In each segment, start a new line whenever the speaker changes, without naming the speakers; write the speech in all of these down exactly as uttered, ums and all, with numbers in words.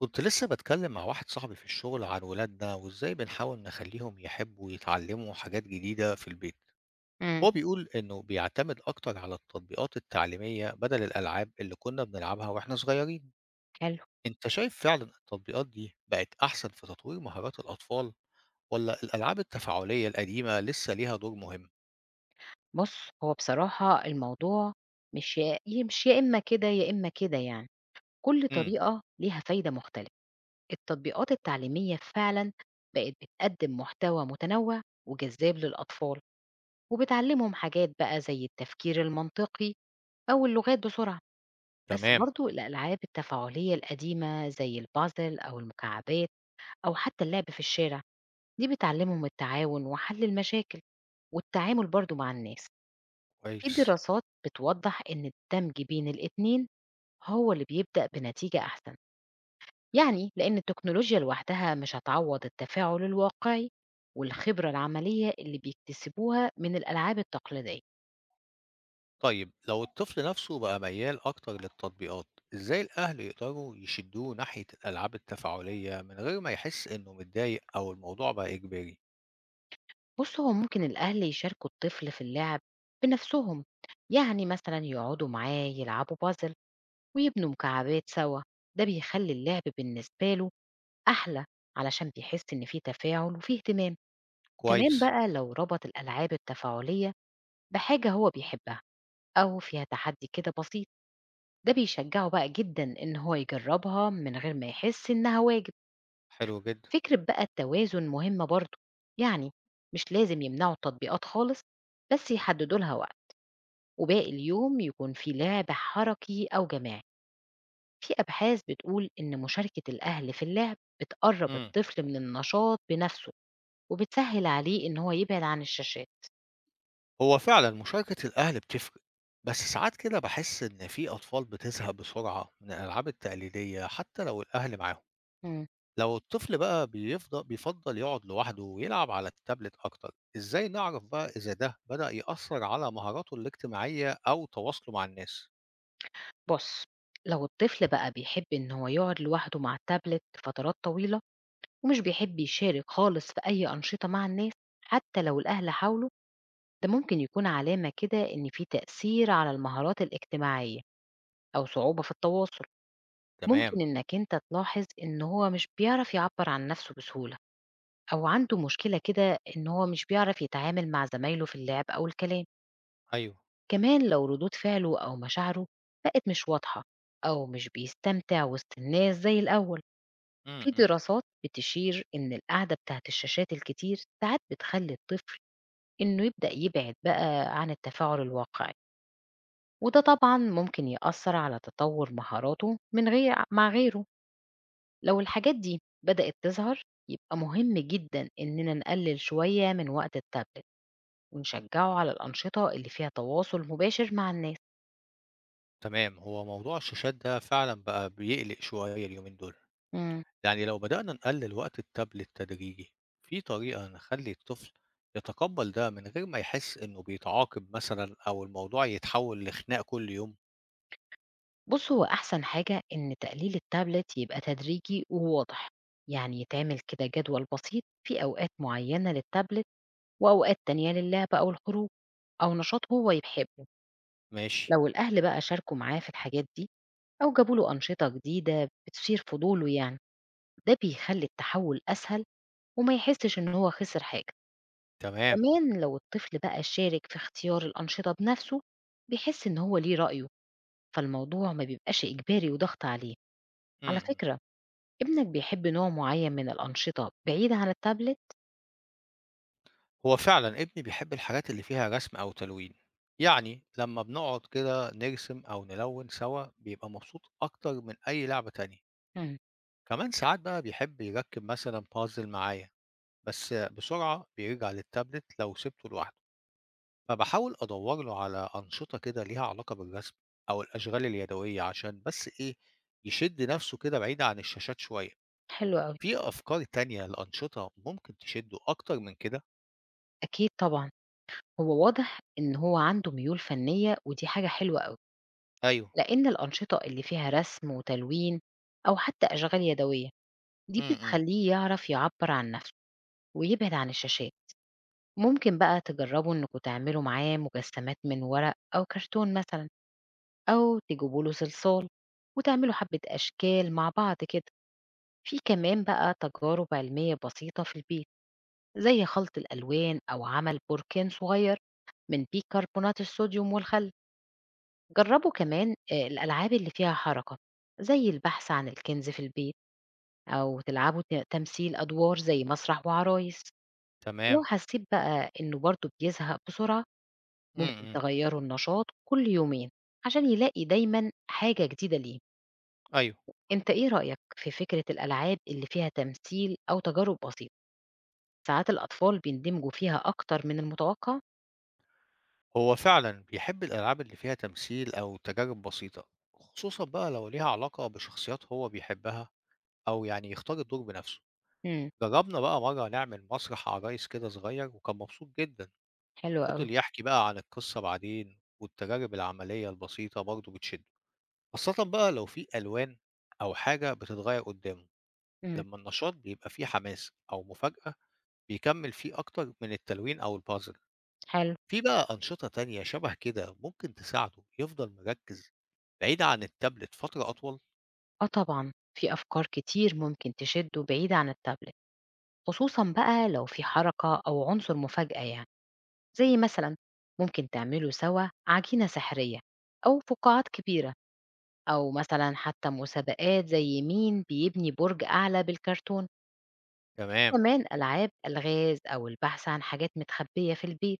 كنت لسه بتكلم مع واحد صاحبي في الشغل عن ولادنا وازاي بنحاول نخليهم يحبوا يتعلموا حاجات جديدة في البيت.
إمم.
هو بيقول انه بيعتمد اكتر على التطبيقات التعليمية بدل الالعاب اللي كنا بنلعبها واحنا صغيرين.
حلو.
انت شايف فعلا التطبيقات دي بقت احسن في تطوير مهارات الاطفال ولا الالعاب التفاعلية القديمة لسه ليها دور مهم؟
بُص، هو بصراحة الموضوع مش يا ي مش يا إمّا كده، يا إمّا كده يعني، كل
امم.
طريقة ليها فايدة مختلفة. التطبيقات التعليمية فعلًا بقت بتقدّم محتوى متنوع وجذاب للأطفال، وبتعلّمهم حاجات بقى زي التفكير المنطقي أو اللغات بسرعة. بس
تمام.
برضه الألعاب التفاعلية القديمة زي الpuzzle أو المكعبات أو حتى اللعب في الشارع، دي بتعلّمهم التعاون وحل المشاكل والتعامل برضه مع الناس. في
كويس.
دراسات بتوضح إن الدمج بين الاتنين هو اللي بيبدأ بنتيجة أحسن يعني لأن التكنولوجيا لوحدها مش هتعوض التفاعل الواقعي والخبرة العملية اللي بيكتسبوها من الألعاب التقليدية.
طيب لو الطفل نفسه بقى ميال أكتر للتطبيقات، إزاي الأهل يقدروا يشدوه ناحية الألعاب التفاعلية من غير ما يحس إنه متضايق أو الموضوع بقى إجباري؟
بص هو ممكن الأهل يشاركوا الطفل في اللعب بنفسهم، يعني مثلا يقعدوا معاه يلعبوا بازل ويبنوا مكعبات سوا، ده بيخلي اللعب بالنسبة له أحلى علشان بيحس إن فيه تفاعل وفيه اهتمام. كمان
كويس.
بقى لو ربط الألعاب التفاعلية بحاجة هو بيحبها أو فيها تحدي كده بسيط، ده بيشجعه بقى جدا إن هو يجربها من غير ما يحس إنها واجب.
حلو جدا.
فكرة بقى التوازن مهمة برضه، يعني مش لازم يمنعوا التطبيقات خالص بس يحددوا لها وقت وباقي اليوم يكون في لعب حركي أو جماعي. في أبحاث بتقول إن مشاركة الأهل في اللعب بتقرب
امم.
الطفل من النشاط بنفسه وبتسهل عليه إن هو يبعد عن الشاشات.
هو فعلا مشاركة الأهل بتفرق، بس ساعات كده بحس إن في أطفال بتزهق بسرعة من الألعاب التقليدية حتى لو الأهل معاهم. لو الطفل بقى بيفضل بيفضل يقعد لوحده ويلعب على التابلت أكتر، إزاي نعرف بقى إذا ده بدأ يأثر على مهاراته الاجتماعية أو تواصله مع الناس؟
بُص، لو الطفل بقى بيحب إن هو يقعد لوحده مع التابلت فترات طويلة ومش بيحب يشارك خالص في أي أنشطة مع الناس، حتى لو الأهل حاولوا، ده ممكن يكون علامة كده إن في تأثير على المهارات الاجتماعية أو صعوبة في التواصل.
تمام.
ممكن إنك أنت تلاحظ إن هو مش بيعرف يعبّر عن نفسه بسهولة أو عنده مشكلة كده إن هو مش بيعرف يتعامل مع زمايله في اللعب أو الكلام.
أيوه.
كمان لو ردود فعله أو مشاعره بقت مش واضحة أو مش بيستمتع وسط الناس زي الأول.
إمم،
في
إمم.
دراسات بتشير إن القعدة بتاعت الشاشات الكتير ساعات بتخلي الطفل إنه يبدأ يبعد بقى عن التفاعل الواقعي، وده طبعا ممكن يأثر على تطور مهاراته من غير مع غيره. لو الحاجات دي بدأت تظهر يبقى مهم جدا إننا نقلل شوية من وقت التابلت ونشجعه على الأنشطة اللي فيها تواصل مباشر مع الناس.
تمام. هو موضوع الشاشات ده فعلًا بقى بيقلق شوية اليومين دول.
مم.
يعني لو بدأنا نقلل وقت التابلت تدريجي، في طريقة نخلّي الطفل يتقبّل ده من غير ما يحس إنه بيتعاقب مثلًا أو الموضوع يتحوّل لخناق كل يوم؟
بُص، هو أحسن حاجة إن تقليل التابلت يبقى تدريجي وواضح، يعني يتعمل كده جدول بسيط في أوقات معيّنة للتابلت وأوقات تانية للعب أو الخروج أو نشاط هو يحبه.
ماشي.
لو الأهل بقى شاركوا معاه في الحاجات دي أو جابوا له أنشطة جديدة بتثير فضوله يعني، ده بيخلّي التحوّل أسهل وما يحسّش إن هو خسر حاجة.
تمام.
كمان لو الطفل بقى شارك في اختيار الأنشطة بنفسه، بيحس إن هو ليه رأيه، فالموضوع ما بيبقاش إجباري وضغط عليه.
إمم،
على
إمم.
فكرة، ابنك بيحب نوع معين من الأنشطة بعيد عن التابلت؟
هو فعلًا ابني بيحب الحاجات اللي فيها رسم أو تلوين، يعني لمّا بنقعد كده نرسم أو نلوّن سوا بيبقى مبسوط أكتر من أي لعبة تانية.
إمم،
كمان ساعات بقى بيحب يركب مثلا بازل معايا، بس بسرعة بيرجع للتابلت لو سبته لوحده، فبحاول أدور له على أنشطة كده ليها علاقة بالرسم أو الأشغال اليدوية عشان بس إيه، يشد نفسه كده بعيد عن الشاشات شوية.
حلو أوي.
في أفكار تانية لأنشطة ممكن تشده أكتر من كده؟
أكيد طبعًا، هو واضح إن هو عنده ميول فنية ودي حاجة حلوة أوي،
أيوه.
لأن الأنشطة اللي فيها رسم وتلوين أو حتى أشغال يدوية، دي
امم.
بتخلّيه يعرف يعبّر عن نفسه ويبعد عن الشاشات. ممكن بقى تجرّبوا إنكم تعملوا معاه مجسمات من ورق أو كرتون مثلًا، أو تجيبوا له صلصال وتعملوا حبّة أشكال مع بعض كده. في كمان بقى تجارب علمية بسيطة في البيت. زي خلط الألوان أو عمل بركان صغير من بيكربونات الصوديوم والخل. جربوا كمان آه، الألعاب اللي فيها حركة زي البحث عن الكنز في البيت، أو تلعبوا ت- تمثيل أدوار زي مسرح وعرايس. ولو
تمام.
حسيت بقى إنه برضه بيزهق بسرعة ممكن
امم.
تغيروا النشاط كل يومين عشان يلاقي دايما حاجة جديدة ليه.
أيوه.
انت ايه رأيك في فكرة الألعاب اللي فيها تمثيل أو تجارب بسيطة؟ ساعات الأطفال بيندمجوا فيها أكتر من المتوقع.
هو فعلا بيحب الألعاب اللي فيها تمثيل أو تجارب بسيطة، خصوصا بقى لو ليها علاقة بشخصيات هو بيحبها، أو يعني يختار الدور بنفسه.
مم.
جربنا بقى مرة نعمل مسرح عرايس كده صغير وكان مبسوط جدا.
حلو أوي.
فضل يحكي بقى عن القصة بعدين، والتجارب العملية البسيطة برضه بتشد، خاصة بقى لو في ألوان أو حاجة بتتغير قدامه.
إمم،
لما النشاط بيبقى فيه حماس أو مفاجأة بيكمل فيه أكتر من التلوين أو البازل.
حلو.
في بقى أنشطة تانية شبه كده ممكن تساعده يفضل مركز بعيد عن التابلت فترة أطول؟
آه طبعًا، في أفكار كتير ممكن تشدّه بعيد عن التابلت، خصوصًا بقى لو في حركة أو عنصر مفاجأة يعني، زي مثلًا ممكن تعملوا سوا عجينة سحرية أو فقاعات كبيرة، أو مثلًا حتى مسابقات زي مين بيبني برج أعلى بالكرتون.
تمام.
كمان ألعاب ألغاز أو البحث عن حاجات متخبية في البيت،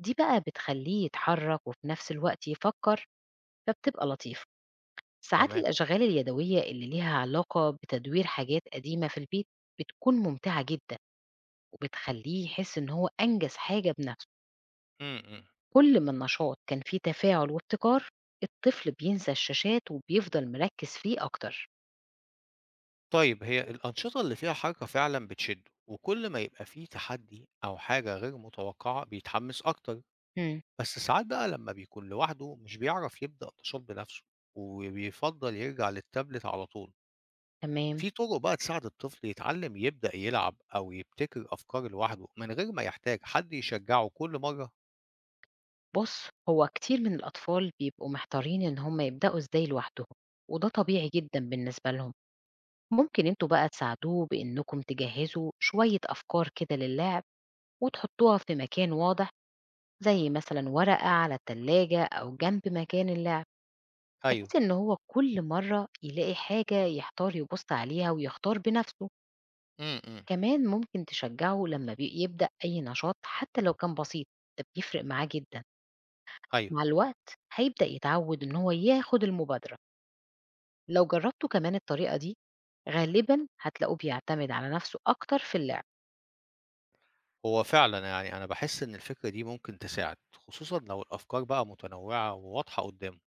دي بقى بتخلّيه يتحرك وفي نفس الوقت يفكّر، فبتبقى لطيفة. ساعات
تمام.
الأشغال اليدوية اللي ليها علاقة بتدوير حاجات قديمة في البيت بتكون ممتعة جدا وبتخليه يحس إن هو أنجز حاجة بنفسه.
م -م.
كل ما النشاط كان فيه تفاعل وابتكار الطفل بينسى الشاشات وبيفضل مركز فيه أكتر.
طيب هي الأنشطة اللي فيها حركة فعلا بتشده، وكل ما يبقى فيه تحدي أو حاجة غير متوقعة بيتحمس أكتر.
مم.
بس ساعات بقى لما بيكون لوحده مش بيعرف يبدأ نشاط بنفسه، وبيفضل يرجع للتابلت على طول.
تمام.
في طرق بقى تساعد الطفل يتعلم يبدأ يلعب أو يبتكر أفكار لوحده من غير ما يحتاج حد يشجعه كل مرة؟
بص هو كتير من الأطفال بيبقوا محتارين إن هم يبدأوا إزاي لوحدهم، وده طبيعي جدا بالنسبة لهم. ممكن انتوا بقى تساعدوه بإنكم تجهزوا شوية أفكار كده للعب وتحطوها في مكان واضح، زي مثلا ورقة على التلاجة أو جنب مكان اللعب، بحيث
أيوه.
إن هو كل مرة يلاقي حاجة يحتار يبص عليها ويختار بنفسه.
امم.
كمان ممكن تشجعه لما بي- يبدأ أي نشاط حتى لو كان بسيط، ده بيفرق معاه جدا.
ايوه.
مع الوقت هيبدأ يتعود إن هو ياخد المبادرة. لو جربتوا كمان الطريقة دي غالبا هتلاقوه بيعتمد على نفسه أكتر في اللعب.
هو فعلا يعني انا بحس ان الفكره دي ممكن تساعد، خصوصا لو الافكار بقى متنوعه وواضحه قدامه.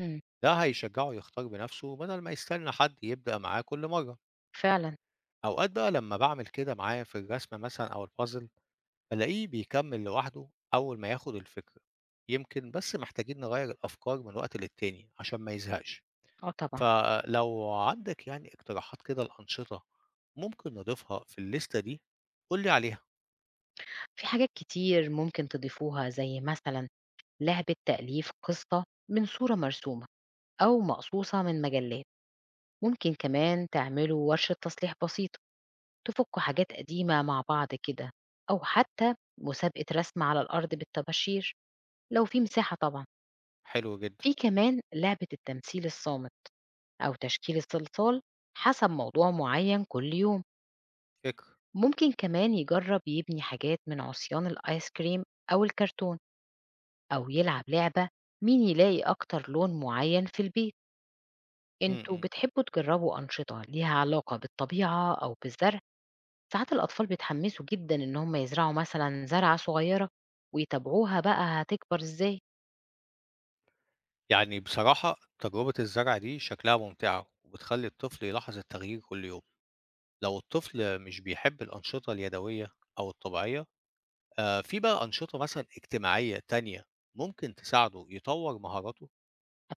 مم.
ده هيشجعه يختار بنفسه بدل ما يستنى حد يبدأ معاه كل مرة.
فعلا.
أوقات بقى لما بعمل كده معاه في الرسمة مثلا أو البازل بلاقيه بيكمل لوحده أول ما ياخد الفكرة. يمكن بس محتاجين نغير الأفكار من وقت للتاني عشان ما يزهقش.
اه طبعا،
فلو عندك يعني اقتراحات كده الأنشطة ممكن نضيفها في الليستة دي، قولي عليها.
في حاجات كتير ممكن تضيفوها زي مثلا لعبة تأليف قصة من صورة مرسومة أو مقصوصة من مجلات. ممكن كمان تعملوا ورشة تصليح بسيطة تفكوا حاجات قديمة مع بعض كده، أو حتى مسابقة رسم على الأرض بالطباشير لو في مساحة طبعا.
حلو جدا.
في كمان لعبة التمثيل الصامت أو تشكيل الصلصال حسب موضوع معين كل يوم.
فكرة.
ممكن كمان يجرب يبني حاجات من عصيان الآيس كريم أو الكرتون، أو يلعب لعبة مين يلاقي أكتر لون معين في البيت.
م-
أنتوا
م.
بتحبوا تجربوا أنشطة ليها علاقة بالطبيعة أو بالزرع؟ ساعات الأطفال بيتحمسوا جدا إن هم يزرعوا مثلا زرعة صغيرة ويتابعوها بقى هتكبر إزاي.
يعني بصراحة تجربة الزرع دي شكلها ممتعة وبتخلي الطفل يلاحظ التغيير كل يوم. لو الطفل مش بيحب الأنشطة اليدوية أو الطبيعية، آه، في بقى أنشطة مثلا اجتماعية تانية ممكن تساعده يطور مهاراته؟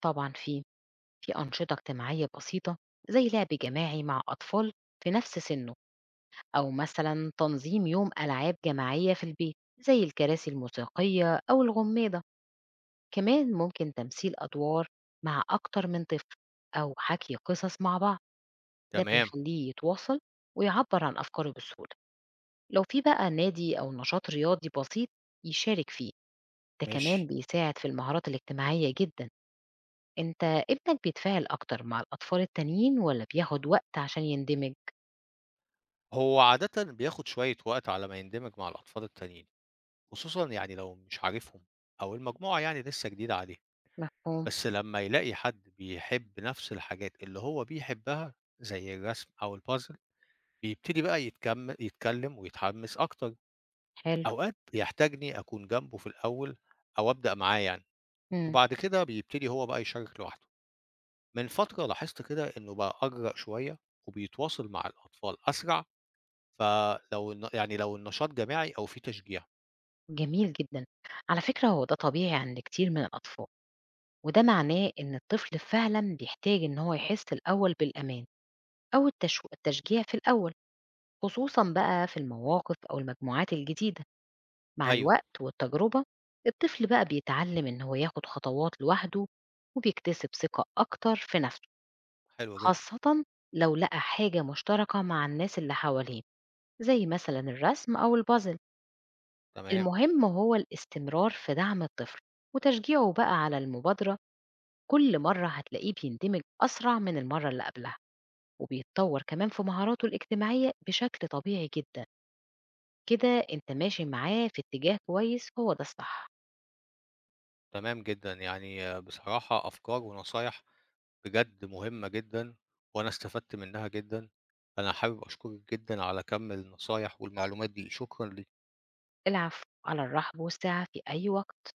طبعا، في في أنشطة اجتماعية بسيطة زي لعب جماعي مع أطفال في نفس سنه، أو مثلا تنظيم يوم ألعاب جماعية في البيت زي الكراسي الموسيقية أو الغميضة. كمان ممكن تمثيل أدوار مع أكتر من طفل أو حكي قصص مع بعض. ده
تمام.
بيخليه يتواصل ويعبر عن أفكاره بسهولة. لو في بقى نادي أو نشاط رياضي بسيط يشارك فيه ده كمان
ماشي.
بيساعد في المهارات الاجتماعية جدا. انت ابنك بيتفاعل أكتر مع الأطفال التانيين ولا بياخد وقت عشان يندمج؟
هو عادة بياخد شوية وقت على ما يندمج مع الأطفال التانيين، خصوصا يعني لو مش عارفهم أو المجموعة يعني لسه جديدة عليه.
مفهوم.
بس لما يلاقي حد بيحب نفس الحاجات اللي هو بيحبها زي الرسم أو البازل بيبتدي بقى يتكم... يتكلم ويتحمس أكتر.
حلو.
أوقات بيحتاجني أكون جنبه في الأول أو أبدأ معاه يعني.
مم.
وبعد كده بيبتدي هو بقى يشارك لوحده. من فترة لاحظت كده إنه بقى أجرأ شوية وبيتواصل مع الأطفال أسرع، فلو الن يعني لو النشاط جماعي أو في تشجيع.
جميل جدا. على فكرة هو ده طبيعي عند كتير من الأطفال، وده معناه إن الطفل فعلا بيحتاج إن هو يحس الأول بالأمان أو التشو- التشجيع في الأول، خصوصا بقى في المواقف أو المجموعات الجديدة. مع
أيوه.
الوقت والتجربة الطفل بقى بيتعلم إن هو ياخد خطوات لوحده وبيكتسب ثقة أكتر في نفسه،
حلو جدًا.
خاصة لو لقى حاجة مشتركة مع الناس اللي حواليه زي مثلا الرسم أو البازل.
تمام.
المهم هو الاستمرار في دعم الطفل وتشجيعه بقى على المبادرة، كل مرة هتلاقيه بيندمج أسرع من المرة اللي قبلها، وبيتطور كمان في مهاراته الاجتماعية بشكل طبيعي جدا. كده انت ماشي معاه في اتجاه كويس، هو ده الصح.
تمام جدًا. يعني آه، بصراحة أفكار ونصايح بجد مهمة جدًا، وأنا استفدت منها جدًا. أنا حابب أشكرِك جدًا على كم النصايح والمعلومات دي، شكرًا ليكِ.
العفو، على الرحب والسعة في أي وقت.